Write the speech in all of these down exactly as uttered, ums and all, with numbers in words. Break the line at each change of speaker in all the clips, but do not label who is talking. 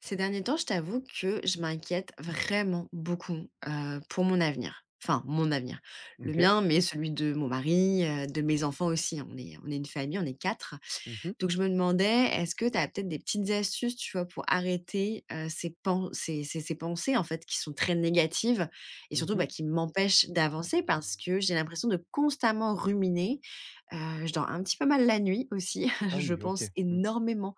Ces derniers temps, je t'avoue que je m'inquiète vraiment beaucoup, heu, pour mon avenir. Enfin, mon avenir. Le
OK.
mien, mais celui de mon mari, heu, de mes enfants aussi, hein. On est on est une famille, on est quatre.
Mmh mh.
Donc je me demandais, est-ce que tu as peut-être des petites astuces, tu vois, pour arrêter, heu, ces pen ces ces ces pensées, en fait, qui sont très négatives et
Mmh
surtout,
mh.
bah, qui m'empêchent d'avancer parce que j'ai l'impression de constamment ruminer. Heu, je dors un petit peu mal la nuit aussi.
Ah
Je
oui, OK.
pense
Mmh.
énormément.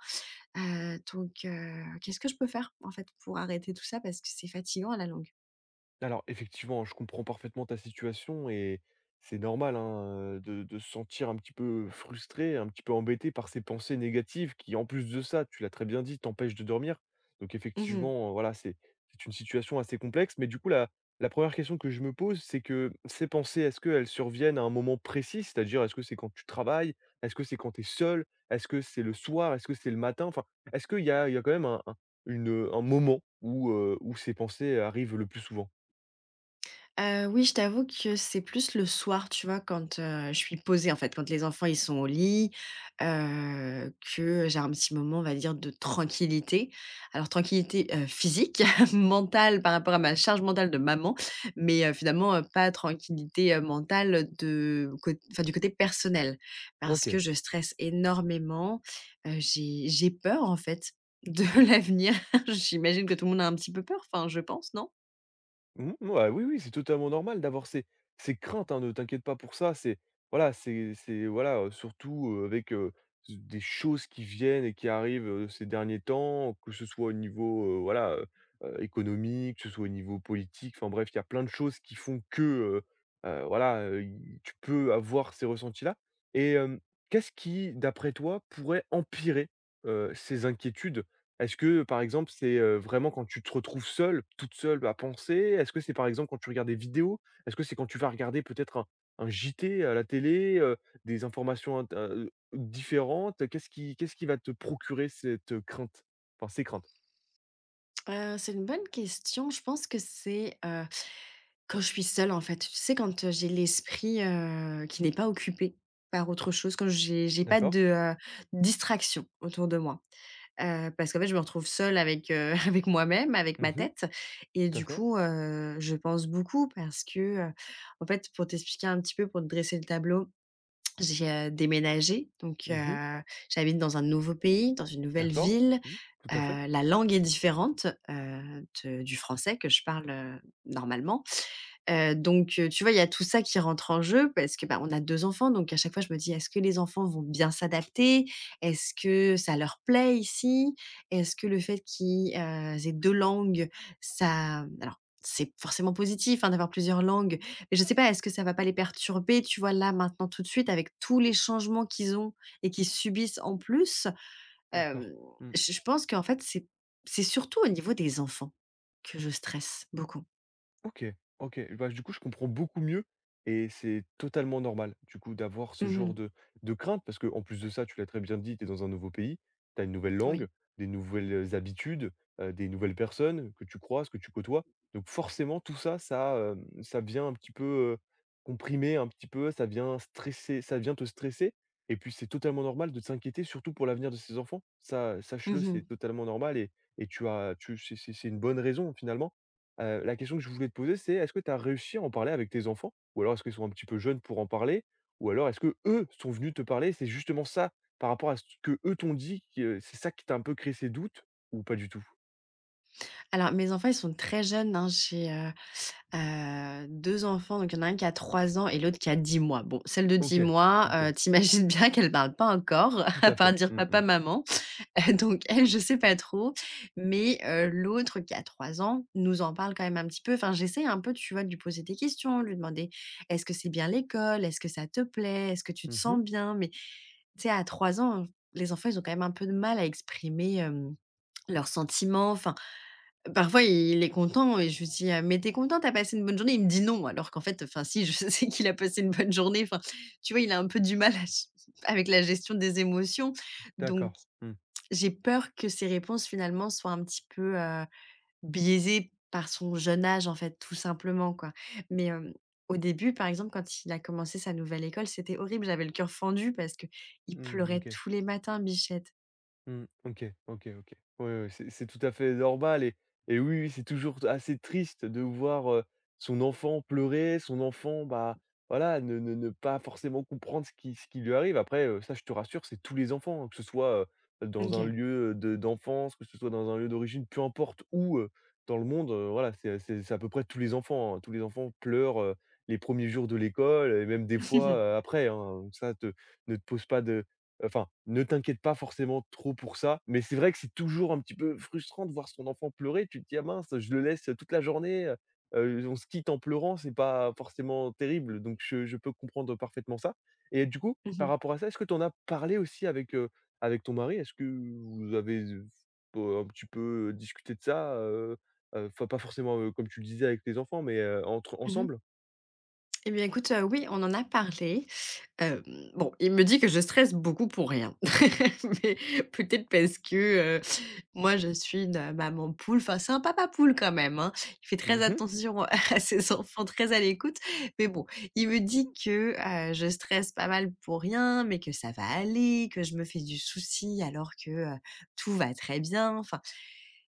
Heu, donc heu, qu'est-ce que je peux faire, en fait, pour arrêter tout ça? Parce que c'est fatigant à la longue.
Alors effectivement, je comprends parfaitement ta situation et c'est normal hein, heu, de de se sentir un petit peu frustré, un petit peu embêté par ces pensées négatives qui en plus de ça, tu l'as très bien dit, t'empêchent de dormir. Donc
Mmh.
effectivement, euh, voilà, c'est c'est une situation assez complexe. Mais du coup, la la une question que je me pose, c'est que ces pensées, est-ce qu'elles surviennent à un moment précis? C'est-à-dire, est-ce que c'est quand tu travailles? Est-ce que c'est quand tu es seul? Est-ce que c'est le soir? Est-ce que c'est le matin? Enfin, est-ce qu'il y a il y a quand même un un une, un moment où, heu, où ces pensées arrivent le plus souvent?
Heu, oui, je t'avoue que c'est plus le soir, tu vois? Quand, heu, je suis posée, en fait, quand les enfants, ils sont au lit, heu, que j'ai un petit moment, on va dire, de tranquillité. Alors tranquillité, heu, physique, mentale par rapport à ma charge mentale de maman, mais, heu, finalement, heu, pas tranquillité, heu, mentale de cô enfin, du côté personnel. Parce
OK.
que je stresse énormément, heu, j'ai j'ai peur, en fait, de l'avenir. J'imagine que tout le monde a un petit peu peur, enfin, je pense, non?
Mmh, mmh, ouais, oui, oui, c'est totalement normal d'avoir ces ces craintes, hein, ne t'inquiète pas pour ça. C'est voilà, c'est c'est voilà, heu, surtout, heu, avec, heu, s des choses qui viennent et qui arrivent, heu, ces derniers temps, que ce soit au niveau, heu, voilà, heu heu, économique, que ce soit au niveau politique, enfin bref, il y a plein de choses qui font que, heu heu, voilà, heu, i tu peux avoir ces ressentis-là et hem, qu'est-ce qui, d'après toi, pourrait empirer, heu, ces inquiétudes? Est-ce que, par exemple, c'est, heu, vraiment quand tu te retrouves seule, toute seule à penser? Est-ce que c'est, par exemple, quand tu regardes des vidéos? Est-ce que c'est quand tu vas regarder peut-être un un J T à la télé, heu, des informations int heu, différentes? Qu'est-ce qui qu'est-ce qui va te procurer cette, heu, crainte? Enfin, ces craintes?
Heu, c'est une bonne question. Je pense que c'est, heu, quand je suis seule, en fait. Tu sais, quand, heu, j'ai l'esprit, heu, qui n'est pas occupé par autre chose, quand j'ai j'ai pas
D'accord.
de, heu, distraction autour de moi. Heu, parce qu'en fait, je me retrouve seule avec, heu, avec moi-même, avec ma
Mmh.
tête et
Tout à
du
fait.
coup, heu, je pense beaucoup parce que, heu, en fait, pour t'expliquer un petit peu, pour te dresser le tableau, j'ai, heu, déménagé, donc
Mmh.
heu, j'habite dans un nouveau pays, dans une nouvelle
D'accord.
ville.
Mmh. Tout
Heu,
à fait.
la langue est différente, heu, de du français que je parle, heu, normalement. Heu, donc heu, tu vois, il y a tout ça qui rentre en jeu parce que, bah, on a deux enfants, donc à chaque fois je me dis: «Est-ce que les enfants vont bien s'adapter? Est-ce que ça leur plaît ici? Est-ce que le fait qu'ils, heu, aient deux langues, ça» mmh, alors c'est forcément positif, hein, d'avoir plusieurs langues, mais je ne sais pas, est-ce que ça va pas les perturber, tu vois, là, maintenant, tout de suite, avec tous les changements qu'ils ont et qu'ils subissent en plus?
D'accord.
Hem,
Mmh.
je je pense qu'en fait, c'est c'est surtout au niveau des enfants que je stresse beaucoup.
OK, OK. Bah, du coup, je comprends beaucoup mieux et c'est totalement normal, du coup, d'avoir ce genre
Mmh.
de de crainte parce que en plus de ça, tu l'as très bien dit, tu es dans un nouveau pays, tu as une nouvelle
Oui.
langue, des nouvelles habitudes, heu, des nouvelles personnes que tu croises, que tu côtoies. Donc forcément, tout ça, ça, hem, ça vient un petit peu, heu, comprimer un petit peu, ça vient stresser ça vient te stresser et puis c'est totalement normal de s'inquiéter, surtout pour l'avenir de ses enfants. Ça, sache-le, c'est
Mmh.
totalement normal et et tu as tu c'est c'est c'est une bonne raison finalement. Heu, la question que je voulais te poser, c'est est-ce que tu as réussi à en parler avec tes enfants? Ou alors est-ce qu'ils sont un petit peu jeunes pour en parler? Ou alors est-ce que eux sont venus te parler? C'est justement ça, par rapport à ce que eux t'ont dit, qui, heu, c'est ça qui t'a un peu créé ces doutes ou pas du tout?
Alors mes enfants, ils sont très jeunes, hein. J'ai, heu heu, deux enfants, donc il y en a un qui a trois ans et l'autre qui a dix mois. Bon, celle de
OK,
dix mois,
OK,
heu, tu bien qu'elle parle pas encore,
tout
à
à
part
fait.
dire:
Mmh
«Papa,
mh.
maman», donc elle, je sais pas trop, mais heu, l'autre qui a trois ans nous en parle quand même un petit peu. Enfin, j'essaie un peu, tu vois, de lui poser des questions, de lui demander: «Est-ce que c'est bien l'école? Est-ce que ça te plaît? Est-ce que tu te
Mmh.
sens bien?» mais tu sais, à trois ans, les enfants, ils ont quand même un peu de mal à exprimer, hem, leurs sentiments. Enfin, parfois, il est content et je lui dis: «Ah, mais t'es content? T'as passé une bonne journée?» il me dit: «Non» alors qu'en fait, enfin si, je sais qu'il a passé une bonne journée. Enfin, tu vois, il a un peu du mal à ch avec la gestion des émotions donc
D'accord. Mmh.
j'ai peur que ses réponses finalement soient un petit peu, heu, biaisées par son jeune âge en fait, tout simplement quoi. Mais, hem, au début, par exemple, quand il a commencé sa nouvelle école, c'était horrible, j'avais le cœur fendu parce que il
Mmh,
pleurait
OK.
tous les matins, bichette.
Mmh. OK, OK, OK. Ouais, ouais, ouais, c'est c'est tout à fait normal et et oui, oui, c'est toujours assez triste de voir, heu, son enfant pleurer, son enfant, bah, voilà, ne ne ne pas forcément comprendre ce qui ce qui lui arrive. Après, heu, ça, je te rassure, c'est tous les enfants, hein, que ce soit, heu, dans un
OK.
lieu, de d'enfance, que ce soit dans un lieu d'origine, peu importe où, heu, dans le monde, heu, voilà, c'est c'est c'est à peu près tous les enfants, hein. Tous les enfants pleurent, heu, les premiers jours de l'école et même des fois, heu, après, hein, donc ça te ne te pose pas de Enfin, ne t'inquiète pas forcément trop pour ça, mais c'est vrai que c'est toujours un petit peu frustrant de voir son enfant pleurer. Tu te dis: «Ah mince, je le laisse toute la journée, heu heu, on se quitte en pleurant, c'est pas forcément terrible», donc je je peux comprendre parfaitement ça et du coup,
Mmh
par
mh.
rapport à ça, est-ce que tu en as parlé aussi avec, heu, avec ton mari? Est-ce que vous avez, heu, un petit peu discuté de ça, heu heu, enfin pas forcément, heu, comme tu le disais avec tes enfants, mais heu, entre
Mmh.
ensemble?
Eh bien écoute, heu, oui, on en a parlé. Hem, bon, il me dit que je stresse beaucoup pour rien. Mais peut-être parce que, heu, moi je suis une, heu, maman poule, enfin c'est un papa poule quand même, hein. Il fait
Mmh
très
mh,
attention à ses enfants, très à l'écoute. Mais bon, il me dit que, heu, je stresse pas mal pour rien, mais que ça va aller, que je me fais du souci alors que, heu, tout va très bien. Enfin,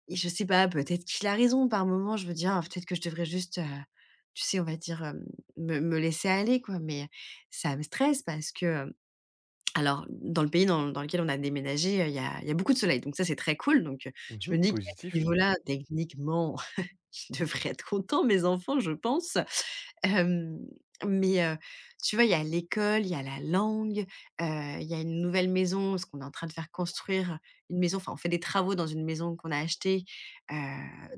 et je sais pas, peut-être qu'il a raison. Par moment je me dis: «Ah peut-être que je devrais juste, heu», tu sais, on va dire, hem, me me laisser aller quoi, mais ça me stresse parce que, hem, alors dans le pays dans dans lequel on a déménagé, heu, il y a il y a beaucoup de soleil, donc ça c'est très cool, donc heu, je
mmh
me dis qu'à ce
positif,
niveau-là, techniquement, je devrais être content mes enfants, je pense. Hem, mais heu, tu vois, il y a l'école, il y a la langue, heu, il y a une nouvelle maison parce qu'on est en train de faire construire une maison, enfin, on fait des travaux dans une maison qu'on a achetée, heu,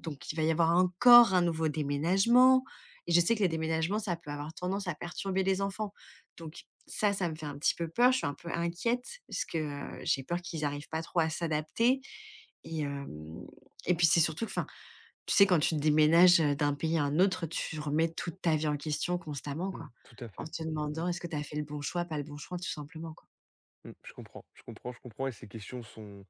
donc il va y avoir encore un nouveau déménagement et je sais que les déménagements, ça peut avoir tendance à perturber les enfants, donc ça, ça me fait un petit peu peur. Je suis un peu inquiète parce que, heu, j'ai peur qu'ils n'arrivent pas trop à s'adapter et hem et puis c'est surtout que, enfin, tu sais, quand tu déménages, d'un pays à un autre, tu remets toute ta vie en question constamment,
mmh, mmh,
quoi,
tout à
en
fait.
te
Mmh.
demandant: «Est-ce que tu as fait le bon choix, pas le bon choix?» tout simplement, quoi.
Mmh, je comprends, je comprends, je comprends et ces questions sont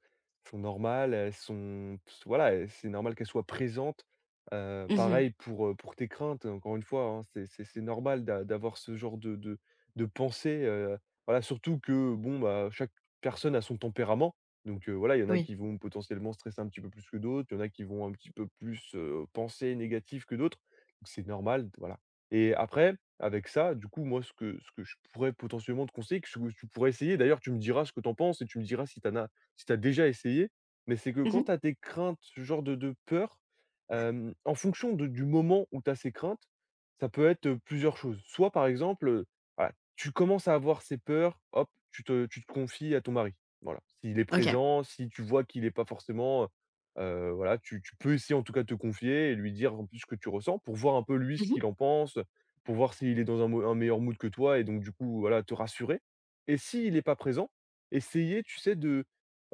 sont normales, elles sont s voilà, heu, c'est normal qu'elles soient présentes. Heu,
Mmh.
pareil pour, heu, pour tes craintes, encore une fois, hein, c'est c'est c'est normal d'a d'avoir ce genre de de de pensée, heu, voilà, surtout que, bon, bah, chaque personne a son tempérament. Donc, heu, voilà, il y en a
Oui.
qui vont potentiellement stresser un petit peu plus que d'autres, il y en a qui vont un petit peu plus, heu, penser négatif que d'autres. Donc c'est normal, voilà et après avec ça, du coup, moi, ce que ce que je pourrais potentiellement te conseiller, que ce que tu pourrais essayer, d'ailleurs, tu me diras ce que tu en penses et tu me diras si tu as si tu déjà essayé, mais c'est que quand
Mmh.
tu as des craintes, ce genre de de peur, hem, en fonction de du moment où tu as ces craintes, ça peut être, heu, plusieurs choses. Soit, par exemple, heu, voilà, tu commences à avoir ces peurs, hop, tu te tu te confies à ton mari. Voilà, s'il est
OK.
présent, si tu vois qu'il est pas forcément, heu voilà, tu tu peux essayer, en tout cas, de te confier et lui dire, en plus, ce que tu ressens pour voir un peu lui ce
Mmh.
qu'il en pense pour voir s'il est dans un mo un meilleur mood que toi et donc du coup, voilà, te rassurer et s'il n'est pas présent, essayer, tu sais, de,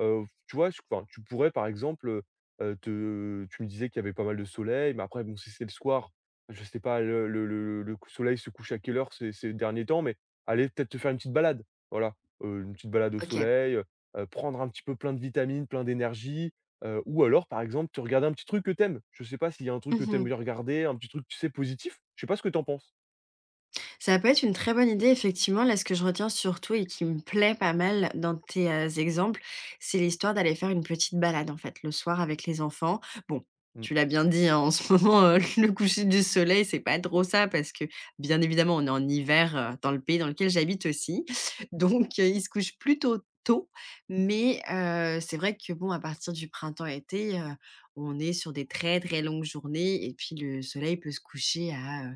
heu, tu vois, j enfin, tu pourrais par exemple, heu te tu me disais qu'il y avait pas mal de soleil, mais après bon, si c'est le soir, je sais pas, le le le le cou soleil se couche à quelle heure ces ces derniers temps, mais aller peut-être te faire une petite balade, voilà, heu, une petite balade au
OK.
soleil, heu prendre un petit peu plein de vitamines, plein d'énergie, heu, ou alors par exemple, te regarder un petit truc que t'aimes. Je sais pas s'il y a un truc que t'aimes
Mmh.
bien regarder, un petit truc, tu sais, positif. Je sais pas ce que t'en penses?
Ça peut être une très bonne idée, effectivement. Là, ce que je retiens surtout et qui me plaît pas mal dans tes euh, exemples, c'est l'histoire d'aller faire une petite balade, en fait, le soir avec les enfants. Bon.
Mmh.
Tu l'as bien dit, hein, en ce moment, euh, le coucher du soleil, c'est pas trop ça parce que, bien évidemment, on est en hiver euh, dans le pays dans lequel j'habite aussi. Donc, euh, il se couche plutôt tôt. Mais euh, c'est vrai que, bon, à partir du printemps-été, euh, on est sur des très, très longues journées et puis le soleil peut se coucher à euh,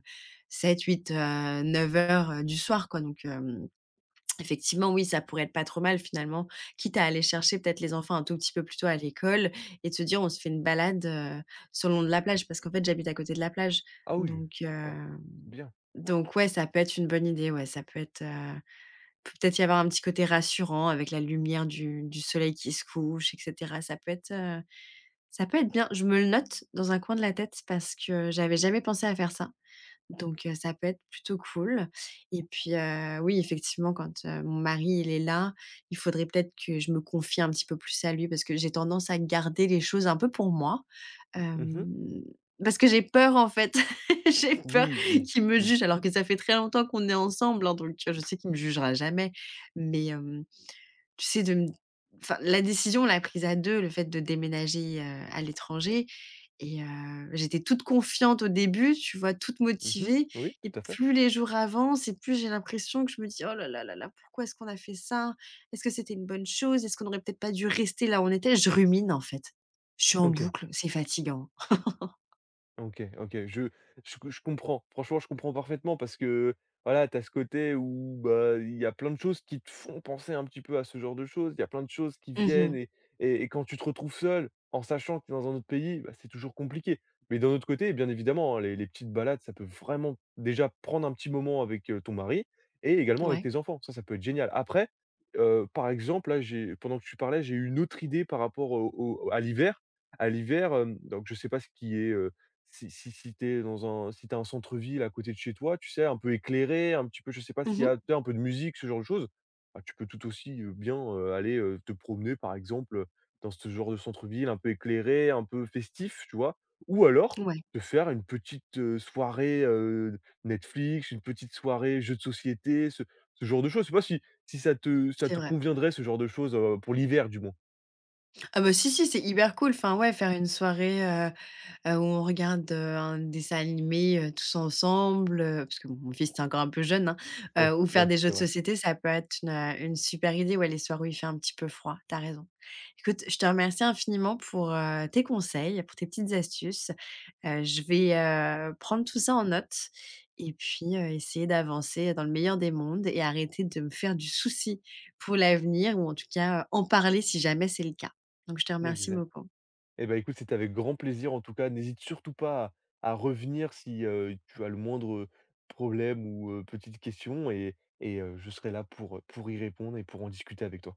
sept huit heu, 9 heures, heu, du soir quoi donc hem, effectivement oui, ça pourrait être pas trop mal finalement, quitte à aller chercher peut-être les enfants un tout petit peu plus tôt à l'école et de se dire: «On se fait une balade, heu, sur le long de la plage» parce qu'en fait j'habite à côté de la plage
Ah oui,
donc heu,
pas bien.
donc ouais, ça peut être une bonne idée, ouais, ça peut être, heu, peut-être y avoir un petit côté rassurant avec la lumière du du soleil qui se couche et cetera. Ça peut être, heu, ça peut être bien. Je me le note dans un coin de la tête parce que j'avais jamais pensé à faire ça. Donc heu, ça peut être plutôt cool et puis, heu, oui, effectivement, quand, heu, mon mari, il est là, il faudrait peut-être que je me confie un petit peu plus à lui parce que j'ai tendance à garder les choses un peu pour moi,
Mmh.
hem, parce que j'ai peur, en fait. J'ai peur
Oui, oui.
qu'il me
Mmh.
juge alors que ça fait très longtemps qu'on est ensemble, hein, donc heu, je sais qu'il me jugera jamais, mais hem tu sais, de me enfin, la décision, on l'a prise à deux, le fait de déménager, heu, à l'étranger et heu, j'étais toute confiante au début, tu vois? Toute
Mmh.
motivée
Oui,
et
tout à fait.
plus les jours avancent et plus j'ai l'impression que je me dis: «Oh là là là là, pourquoi est-ce qu'on a fait ça? Est-ce que c'était une bonne chose? Est-ce qu'on n'aurait peut-être pas dû rester là où on était?» je rumine, en fait. Je suis en
OK.
boucle, c'est fatigant.
OK, OK. Je je je comprends. Franchement, je comprends parfaitement parce que, voilà, tu as ce côté où, bah, il y a plein de choses qui te font penser un petit peu à ce genre de choses. Il y a plein de choses qui viennent
Mmh.
et et et quand tu te retrouves seul, en sachant que tu es dans un autre pays, bah, c'est toujours compliqué. Mais d'un autre côté, bien évidemment, hein, les les petites balades, ça peut vraiment déjà prendre un petit moment avec, heu, ton mari et également avec
Ouais.
tes enfants. Ça, ça peut être génial. Après, heu, par exemple, là, j'ai pendant que tu parlais, j'ai eu une autre idée par rapport au au à l'hiver. À l'hiver, hem, donc je sais pas ce qui est, si si si tu dans un si tu un centre-ville à côté de chez toi, tu sais, un peu éclairé, un petit peu, je sais pas s'il y a
Mmh.
tu sais, un peu de musique, ce genre de choses, bah, tu peux tout aussi, heu, bien, heu, aller, heu, te promener, par exemple, dans ce genre de centre-ville un peu éclairé, un peu festif, tu vois? Ou alors,
Ouais,
te faire une petite, heu, soirée, heu, Netflix, une petite soirée jeux de société, ce ce genre de choses. Je sais pas si si ça te ça
c'est
te
vrai.
conviendrait ce genre de choses, heu, pour l'hiver du moins?
Ah bah, si, si, c'est hyper cool. Enfin, ouais, faire une soirée, heu heu, où on regarde, heu, un dessin animé, heu, tous ensemble, heu, parce que bon, mon fils est encore un peu jeune,
Oui,
hein, heu, ou
ouais,
faire
ouais,
des jeux
c'est
de
vrai.
société, ça peut être une, heu, une super idée, ouais, les soirs où il fait un petit peu froid. T'as raison. Écoute, je te remercie infiniment pour, heu, tes conseils, pour tes petites astuces. Heu, je vais, heu, prendre tout ça en note et puis, heu, essayer d'avancer dans le meilleur des mondes et arrêter de me faire du souci pour l'avenir ou en tout cas, heu, en parler si jamais c'est le cas. Donc je te remercie
Exact.
beaucoup.
Eh ben, écoute, c'était avec grand plaisir en tout cas. N'hésite surtout pas à, à revenir si euh, tu as le moindre problème ou euh, petite question et, et, euh, je serai là pour, pour y répondre et pour en discuter avec toi.